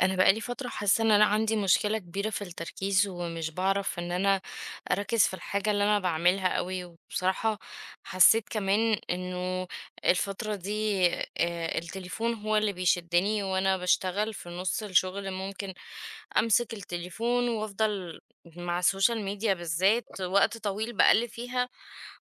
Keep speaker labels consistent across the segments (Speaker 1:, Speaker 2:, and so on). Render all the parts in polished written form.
Speaker 1: انا بقالي فتره حاسه ان انا عندي مشكله كبيره في التركيز، ومش بعرف ان انا اركز في الحاجه اللي انا بعملها قوي. وبصراحه حسيت كمان انه الفتره دي، التليفون هو اللي بيشدني وانا بشتغل. في نص الشغل ممكن امسك التليفون وافضل مع السوشيال ميديا بالذات وقت طويل بقلب فيها،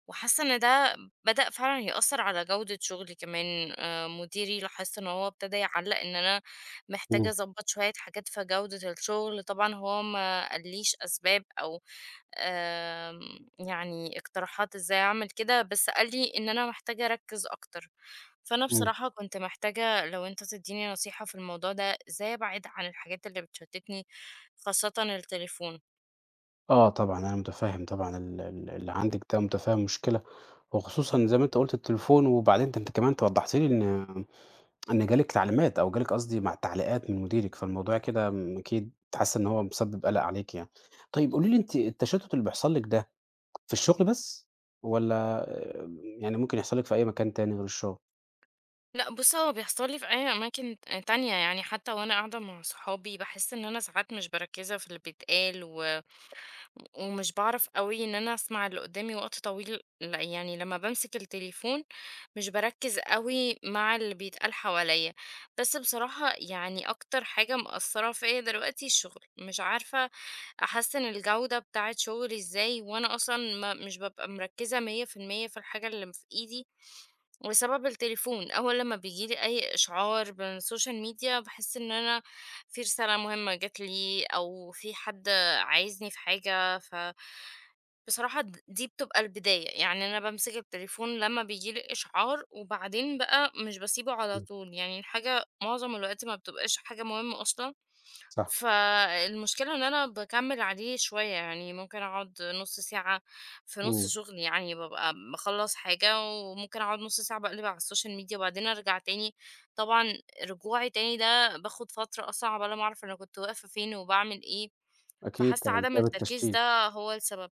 Speaker 1: وحاسه ان ده بدأ فعلا يأثر على جوده شغلي كمان. مديري لاحظت ان هو ابتدى يعلق ان انا محتاجة
Speaker 2: إمم،
Speaker 1: أضبّط شوية حاجات في جودة الشغل، طبعًا هو ما قاليش أسباب أو يعني اقتراحات إزاي أعمل كده، بس قال لي إن أنا محتاجة أركّز أكتر. فأنا
Speaker 2: إمم.
Speaker 1: بصراحة كنت محتاجة لو أنت تدّيني نصيحة في الموضوع ده، إزاي أبعد عن الحاجات اللي بتشتّتني، خاصةً التليفون؟
Speaker 2: آه طبعًا، أنا متفهّم طبعًا ال ال اللي عندِك ده، متفهّم مشكلة، وخصوصًا زي ما أنت قُلت التليفون، وبعدين ده أنتِ كمان توضّحتِ لي إن جالِك تعليمات أو جالِك قصدي مع تعليقات من مديرِك، فالموضوع كده م أكيد حاسة إن هو مسبب قلق عليكِ يعني. طيب قولي لي أنتِ التشتُّت اللي بيحصل لِك ده في الشغل بس والّا يعني ممكن يحصل لِك في أي مكان تاني غير الشغل؟
Speaker 1: لأ بُص، هو بيحصل لي في أي أماكن تانية، يعني حتى وأنا قاعدة مع صحابي باحس إن أنا ساعات مش مركّزة في اللي بيتقال، ومش باعرف أوي إن أنا أسمع اللي قدامي وقت طويل. لأ، يعني لمّا بامسك التليفون مش باركّز أوي مع اللي بيتقال حواليّا، بس بصراحة يعني أكتر حاجة مأثّرة فيّا دلوقتي الشغل. مش عارفة أحسّن الجودة بتاعة شغلي إزاي وأنا أصلًا ما مش بابقى مركّزة 100% في المية في الحاجة اللي م في إيدي بسبب التليفون. أول لمّا بييجي لي أي إشعار من السوشيال ميديا باحس إن أنا في رسالة مهمة جات لي أو في حد عايزني في حاجة، بصراحة دي بتبقى البداية. يعني أنا بامسك التليفون لمّا بييجي لي إشعار وبعدين بقى مش باسيبه على
Speaker 2: إمم،
Speaker 1: طول، يعني الحاجة معظم الوقت ما بتبقاش حاجة مهمة أصلًا.
Speaker 2: صح،
Speaker 1: فالمشكلة إن أنا باكمّل عليه شوية، يعني ممكن أقعد نُص ساعة في نُص
Speaker 2: إمم،
Speaker 1: شغلي، يعني بابقى باخلّص حاجة وممكن أقعد نُص ساعة باقلِب على السوشيال ميديا وبعدين أرجع تاني. طبعًا رجوعي تاني ده باخد فترة أصلًا عقبال ما أعرف أنا كنت واقفة فين وباعمل إيه.
Speaker 2: أكيد
Speaker 1: فحاسة
Speaker 2: طبعًا
Speaker 1: عدم
Speaker 2: بسبب
Speaker 1: التركيز
Speaker 2: التشتيت.
Speaker 1: ده هو السبب.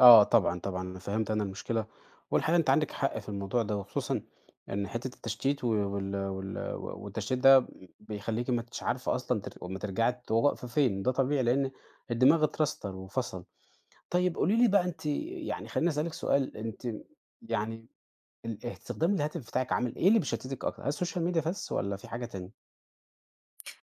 Speaker 2: آه طبعًا، طبعًا، فهمت أنا المشكلة، والحقيقة أنتِ عندِك حق في الموضوع ده، وخصوصًا إن حتّة التشتيت و والتشتيت ده بيخلّيكِ ما أنتيش عارفة أصلًا أمّا ترجعي تبقي واقفة فين، ده طبيعي لإن الدماغ اترستر وفصل. طيب قولي لي بقى أنتِ يعني خلّيني أسألِك سؤال، أنتِ يعني استخدام الهاتف بتاعِك عامل إيه اللي بيشتتِك أكتر؟ هل السوشيال ميديا بس والّا في حاجة تانية؟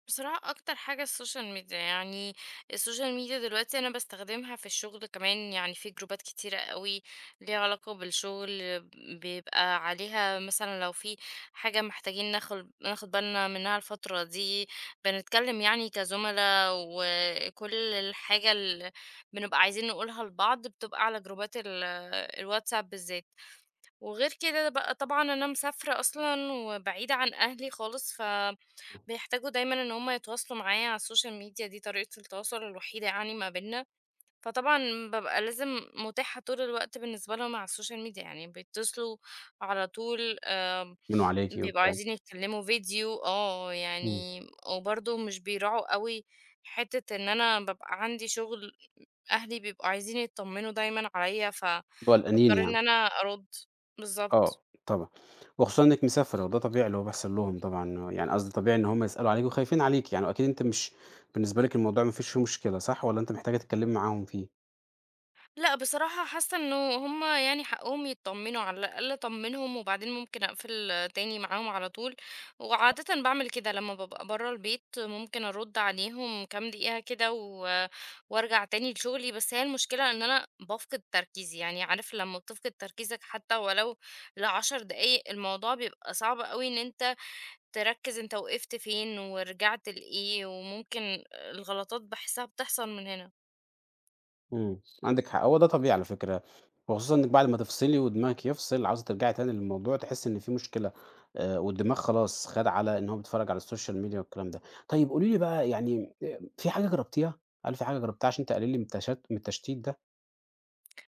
Speaker 1: بصراحة أكتر حاجة السوشيال ميديا. يعني السوشيال ميديا دلوقتي أنا بستخدمها في الشغل كمان، يعني في جروبات كتيرة قوي ليها علاقة بالشغل، بيبقى عليها مثلا لو في حاجة محتاجين ناخد بالنا منها الفترة دي. بنتكلم يعني كزملاء، وكل الحاجة اللي بنبقى عايزين نقولها لبعض بتبقى على جروبات الواتساب بالذات. وغير كده بقى طبعا أنا مسافرة أصلا وبعيدة عن أهلي خالص، ف بيحتاجوا دايمًا إن هُم يتواصلوا معايا على السوشيال ميديا، دي طريقة التواصل الوحيدة يعني ما بيننا. فطبعًا بابقى لازم متاحة طول الوقت بالنسبة لهم على السوشيال ميديا، يعني بيتصلوا على طول.
Speaker 2: بيبنوا عليكِ
Speaker 1: بيبقوا
Speaker 2: وبتاع؟
Speaker 1: عايزين يتكلموا فيديو.
Speaker 2: إمم،
Speaker 1: يعني وبرضه مش بيراعوا أوي حتة إن أنا بابقى عندي شغل، أهلي بيبقوا عايزين يتطمنوا دايمًا عليَّ،
Speaker 2: اللي هو القنين
Speaker 1: فباضطر إن
Speaker 2: يعني.
Speaker 1: أنا أرُد. بالضبط.
Speaker 2: آه، طبعًا، وخصوصًا إنك مسافر وده طبيعي اللي هو بيحصل لهم طبعًا، يعني قصدي طبيعي إن هم يسألوا عليك وخايفين عليك يعني، وأكيد أنت مش بالنسبة لك الموضوع ما فيش فيه مشكلة صح، والّا أنت محتاجة تتكلمي معاهم فيه؟
Speaker 1: لأ، بصراحة حاسة إنه هُم يعني حقهم يتطمنوا، على الأقل طمنهم، وبعدين ممكن أقفل تاني معاهم على طول. وعادةً باعمل كده لمّا بابقى برّه البيت، ممكن أرُد عليهم كام دقيقة كده وأرجع تاني لشغلي. بس هي المشكلة إن أنا بافقد تركيزي، يعني عارف لمّا بتفقد تركيزك حتى ولو ل10 دقايق الموضوع بيبقى صعب أوي إن أنت تركّز أنت وقفت فين ورجعت لإيه، وممكن الغلطات باحسها بتحصل من هنا.
Speaker 2: إمم، عندِك حق، هو ده طبيعي على فكرة، وخصوصًا إنِك بعد ما تفصلي ودماغِك يفصل عاوزة ترجعي تاني للموضوع تحسي إن في مشكلة، والدماغ خلاص خَد على إن هو بيتفرج على السوشيال ميديا والكلام ده. طيب قولي لي بقى يعني في حاجة جربتيها؟ هل في حاجة جربتيها عشان تقللي من من التشتيت ده؟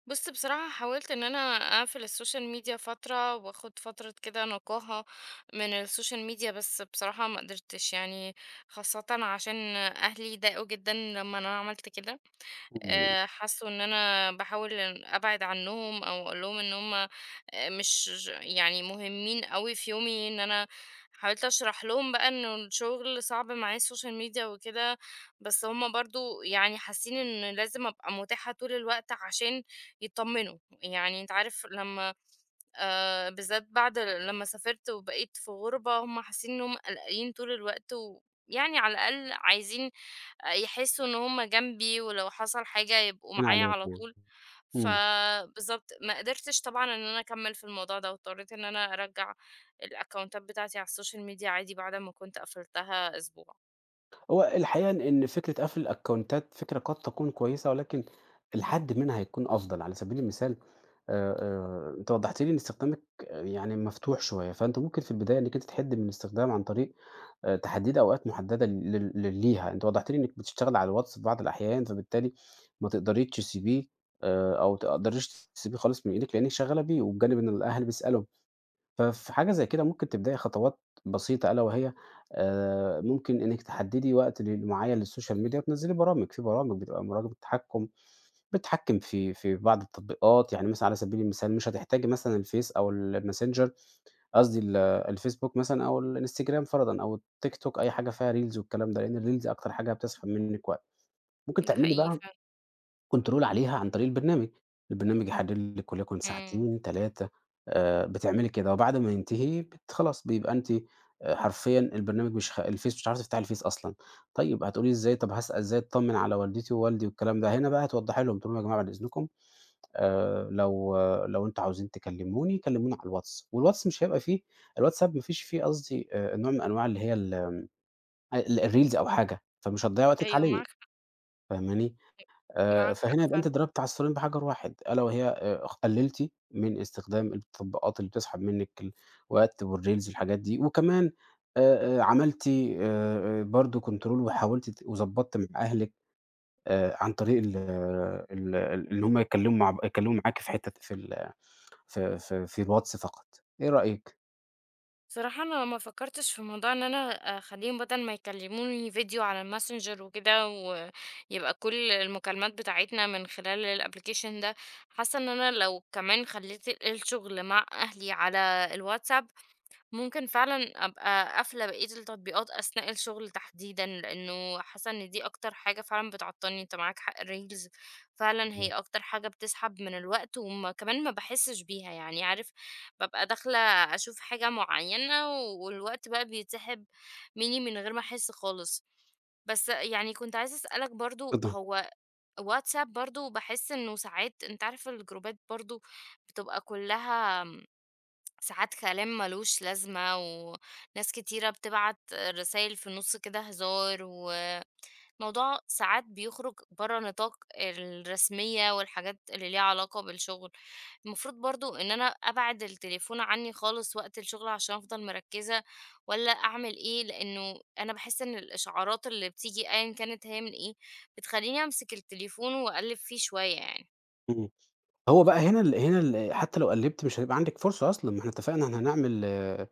Speaker 1: بُص بصراحة حاولت إن أنا أقفل السوشيال ميديا فترة، وآخد فترة كده نقاهة من السوشيال ميديا، بس بصراحة ما قدرتش يعني، خاصةً عشان أهلي ضاقوا جدًا لما أنا عملت كده.
Speaker 2: إمم،
Speaker 1: حسّوا إن أنا باحاول إن أبعد عنّهم أو أقول لهم إن هم مش يعني مهمين أوي في يومي. إن أنا حاولت أشرح لهم بقى إنه الشغل صعب معايا الSocial media وكده، بس هم برضه يعني حاسين إن لازم أبقى متاحة طول الوقت عشان يتطمنوا. يعني أنت عارف لمّا بالذات بعد لمّا سافرت وبقيت في غُربة، هُم حاسين إنّهم قلقانين طول الوقت، ويعني على الأقل عايزين يحسّوا إن هُم جنبي ولو حصل حاجة يبقوا معايا
Speaker 2: عليكِ
Speaker 1: على
Speaker 2: يعني،
Speaker 1: طول.
Speaker 2: إمم.
Speaker 1: فبالضبط. ما قدرتش طبعًا إن أنا أكمّل في الموضوع ده واضطريت إن أنا أرجّع الأكونتات بتاعتي على الSocial media عادي بعد ما كنت قفلتها أسبوع.
Speaker 2: هو الحقيقة إن فكرة قفل الأكونتات فكرة قد تكون كويسة، ولكن الحد منها هيكون أفضل، على سبيل المثال أنت وضحت لي إن استخدامك آه، يعني مفتوح شوية، فأنت ممكن في البداية إنك أنت تحد من الاستخدام عن طريق تحديد أوقات محددة لل لل ليها، أنت وضحت لي إنك بتشتغلي على الواتس في بعض الأحيان، فبالتالي ما تقدريش تسيبيه أو تقدريش تسيبيه خالص من إيدِك لإنِك شغالة بيه، وبجانب إن الأهل بيسألوا ففي حاجة زي كده ممكن تبدئي خطوات بسيطة ألا وهي ممكن إنِّك تحددي وقت معيّن للسوشيال ميديا وتنزّلي برامج، في برامج بتبقى برامج تحكُّم بتحكِّم في بعض التطبيقات، يعني مثلًا على سبيل المثال مش هتحتاجي مثلًا الفيس أو الماسنجر قصدي الفيسبوك مثلًا أو الإنستجرام فرضًا أو التيك توك أي حاجة فيها reels والكلام ده، لإن الreels أكتر حاجة بتسحب منِّك وقت. ممكن
Speaker 1: ده
Speaker 2: تعملي
Speaker 1: حقيقي
Speaker 2: بقى
Speaker 1: فعلًا.
Speaker 2: كنترول عليها عن طريق البرنامج، البرنامج إمم. يحدد لِك وليكن
Speaker 1: إمم.
Speaker 2: ساعتين 3 بتعملي كده وبعد ما ينتهي خلاص بيبقى أنتِ حرفيًا البرنامج مش خ الفيس مش هتعرفي تفتحي الفيس أصلًا، طيب هتقولي إزاي طب هاسأل إزاي أتطمن على والدتي ووالدي والكلام ده، هنا بقى هتوضحي لهم تقولي لهم يا جماعة بعد إذنكم لو آه، لو أنتم عاوزين تكلموني كلموني على الواتس، والواتس مش هيبقى فيه الواتساب ما فيش فيه قصدي نوع من أنواع اللي هي الreels أو حاجة، فمش هتضيّعي وقتِك
Speaker 1: أيوه
Speaker 2: عليه،
Speaker 1: معاك حق،
Speaker 2: فاهماني؟
Speaker 1: معاك حق
Speaker 2: فهنا يبقى
Speaker 1: فعلًا.
Speaker 2: أنت ضربت عصفورين بحجر واحد، ألا وهي قللتِ من استخدام التطبيقات اللي بتسحب منِّك الوقت والreels الحاجات دي، وكمان عملتِ برضه control وحاولتِ وضبطتِ مع أهلِك عن طريق ال ال ال إن هم يتكلموا مع ب يتكلموا معاكِ في حتة في الواتس فقط، إيه رأيك؟
Speaker 1: صراحة أنا ما فكرتش في موضوع إن أنا، أخليهم بدل ما يكلموني فيديو على الماسنجر وكده ويبقى كل المكالمات بتاعتنا من خلال الابليكيشن ده. حاسة إن أنا لو كمان خليت الشغل مع أهلي على الواتساب ممكن فعلًا أبقى قافلة بقية التطبيقات أثناء الشغل تحديدًا، لإنه حاسة إن دي أكتر حاجة فعلًا بتعطلني. أنت معاك حق، الreels فعلًا هي
Speaker 2: إمم.
Speaker 1: أكتر حاجة بتسحب من الوقت، وما كمان ما باحسش بيها. يعني عارف بابقى داخلة أشوف حاجة معينة والوقت بقى بيتسحب مني من غير ما أحس خالص. بس يعني كنت عايزة أسألك برضه،
Speaker 2: كده،
Speaker 1: هو واتساب برضه باحس إنه ساعات أنت عارف الجروبات برضه بتبقى كلها ساعات كلام ملوش لازمة، وناس كتيرة بتبعت رسائل في النص كده هزار وموضوع ساعات بيخرج برا نطاق الرسمية والحاجات اللي ليها علاقة بالشغل. المفروض برضو ان انا ابعد التليفون عني خالص وقت الشغل عشان افضل مركزة، ولا اعمل ايه؟ لانه انا بحس ان الاشعارات اللي بتيجي ايا كانت هي من ايه بتخليني امسك التليفون واقلب فيه شوية يعني.
Speaker 2: إمم، هو بقى هنا ال حتى لو قلّبتِ مش هيبقى عندِك فرصة أصلًا، ما إحنا اتفقنا إحنا هنعمل آه،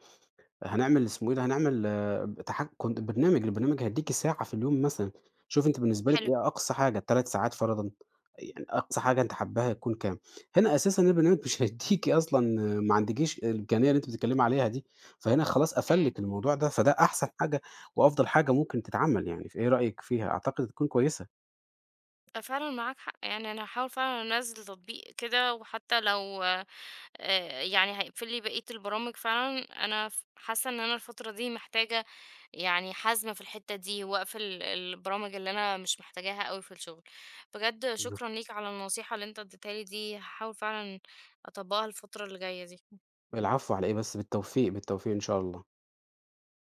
Speaker 2: هنعمل اسمه إيه ده، هنعمل آه، تحك كنت برنامج، البرنامج هيدّيكِ ساعة في اليوم مثلًا، شوفي أنتِ بالنسبة لِك
Speaker 1: حلو.
Speaker 2: إيه أقصى حاجة، 3 ساعات فرضًا، يعني أقصى حاجة أنتِ حاباها تكون كام؟ هنا أساسًا البرنامج مش هيدّيكِ أصلًا آه، ما عندكيش الإمكانية اللي أنتِ بتتكلمي عليها دي، فهنا خلاص قفل
Speaker 1: إمم.
Speaker 2: لِك الموضوع ده، فده أحسن حاجة وأفضل حاجة ممكن تتعمل يعني، فإيه رأيِك فيها؟ أعتقد هتكون كويسة.
Speaker 1: أ فعلًا معاك حق، يعني أنا هاحاول فعلًا أنزّل تطبيق كده، وحتى لو يعني هيقفل لي بقية البرامج فعلًا، أنا حاسة إن أنا الفترة دي محتاجة يعني حزم في الحتة دي، وأقفل البرامج اللي أنا مش محتاجاها أوي في الشغل. بجد شكرًا
Speaker 2: بالضبط.
Speaker 1: ليك على النصيحة اللي أنت اديتها لي دي، هاحاول فعلًا أطبّقها الفترة اللي جاية دي.
Speaker 2: العفو على إيه بس، بالتوفيق، بالتوفيق إن شاء الله.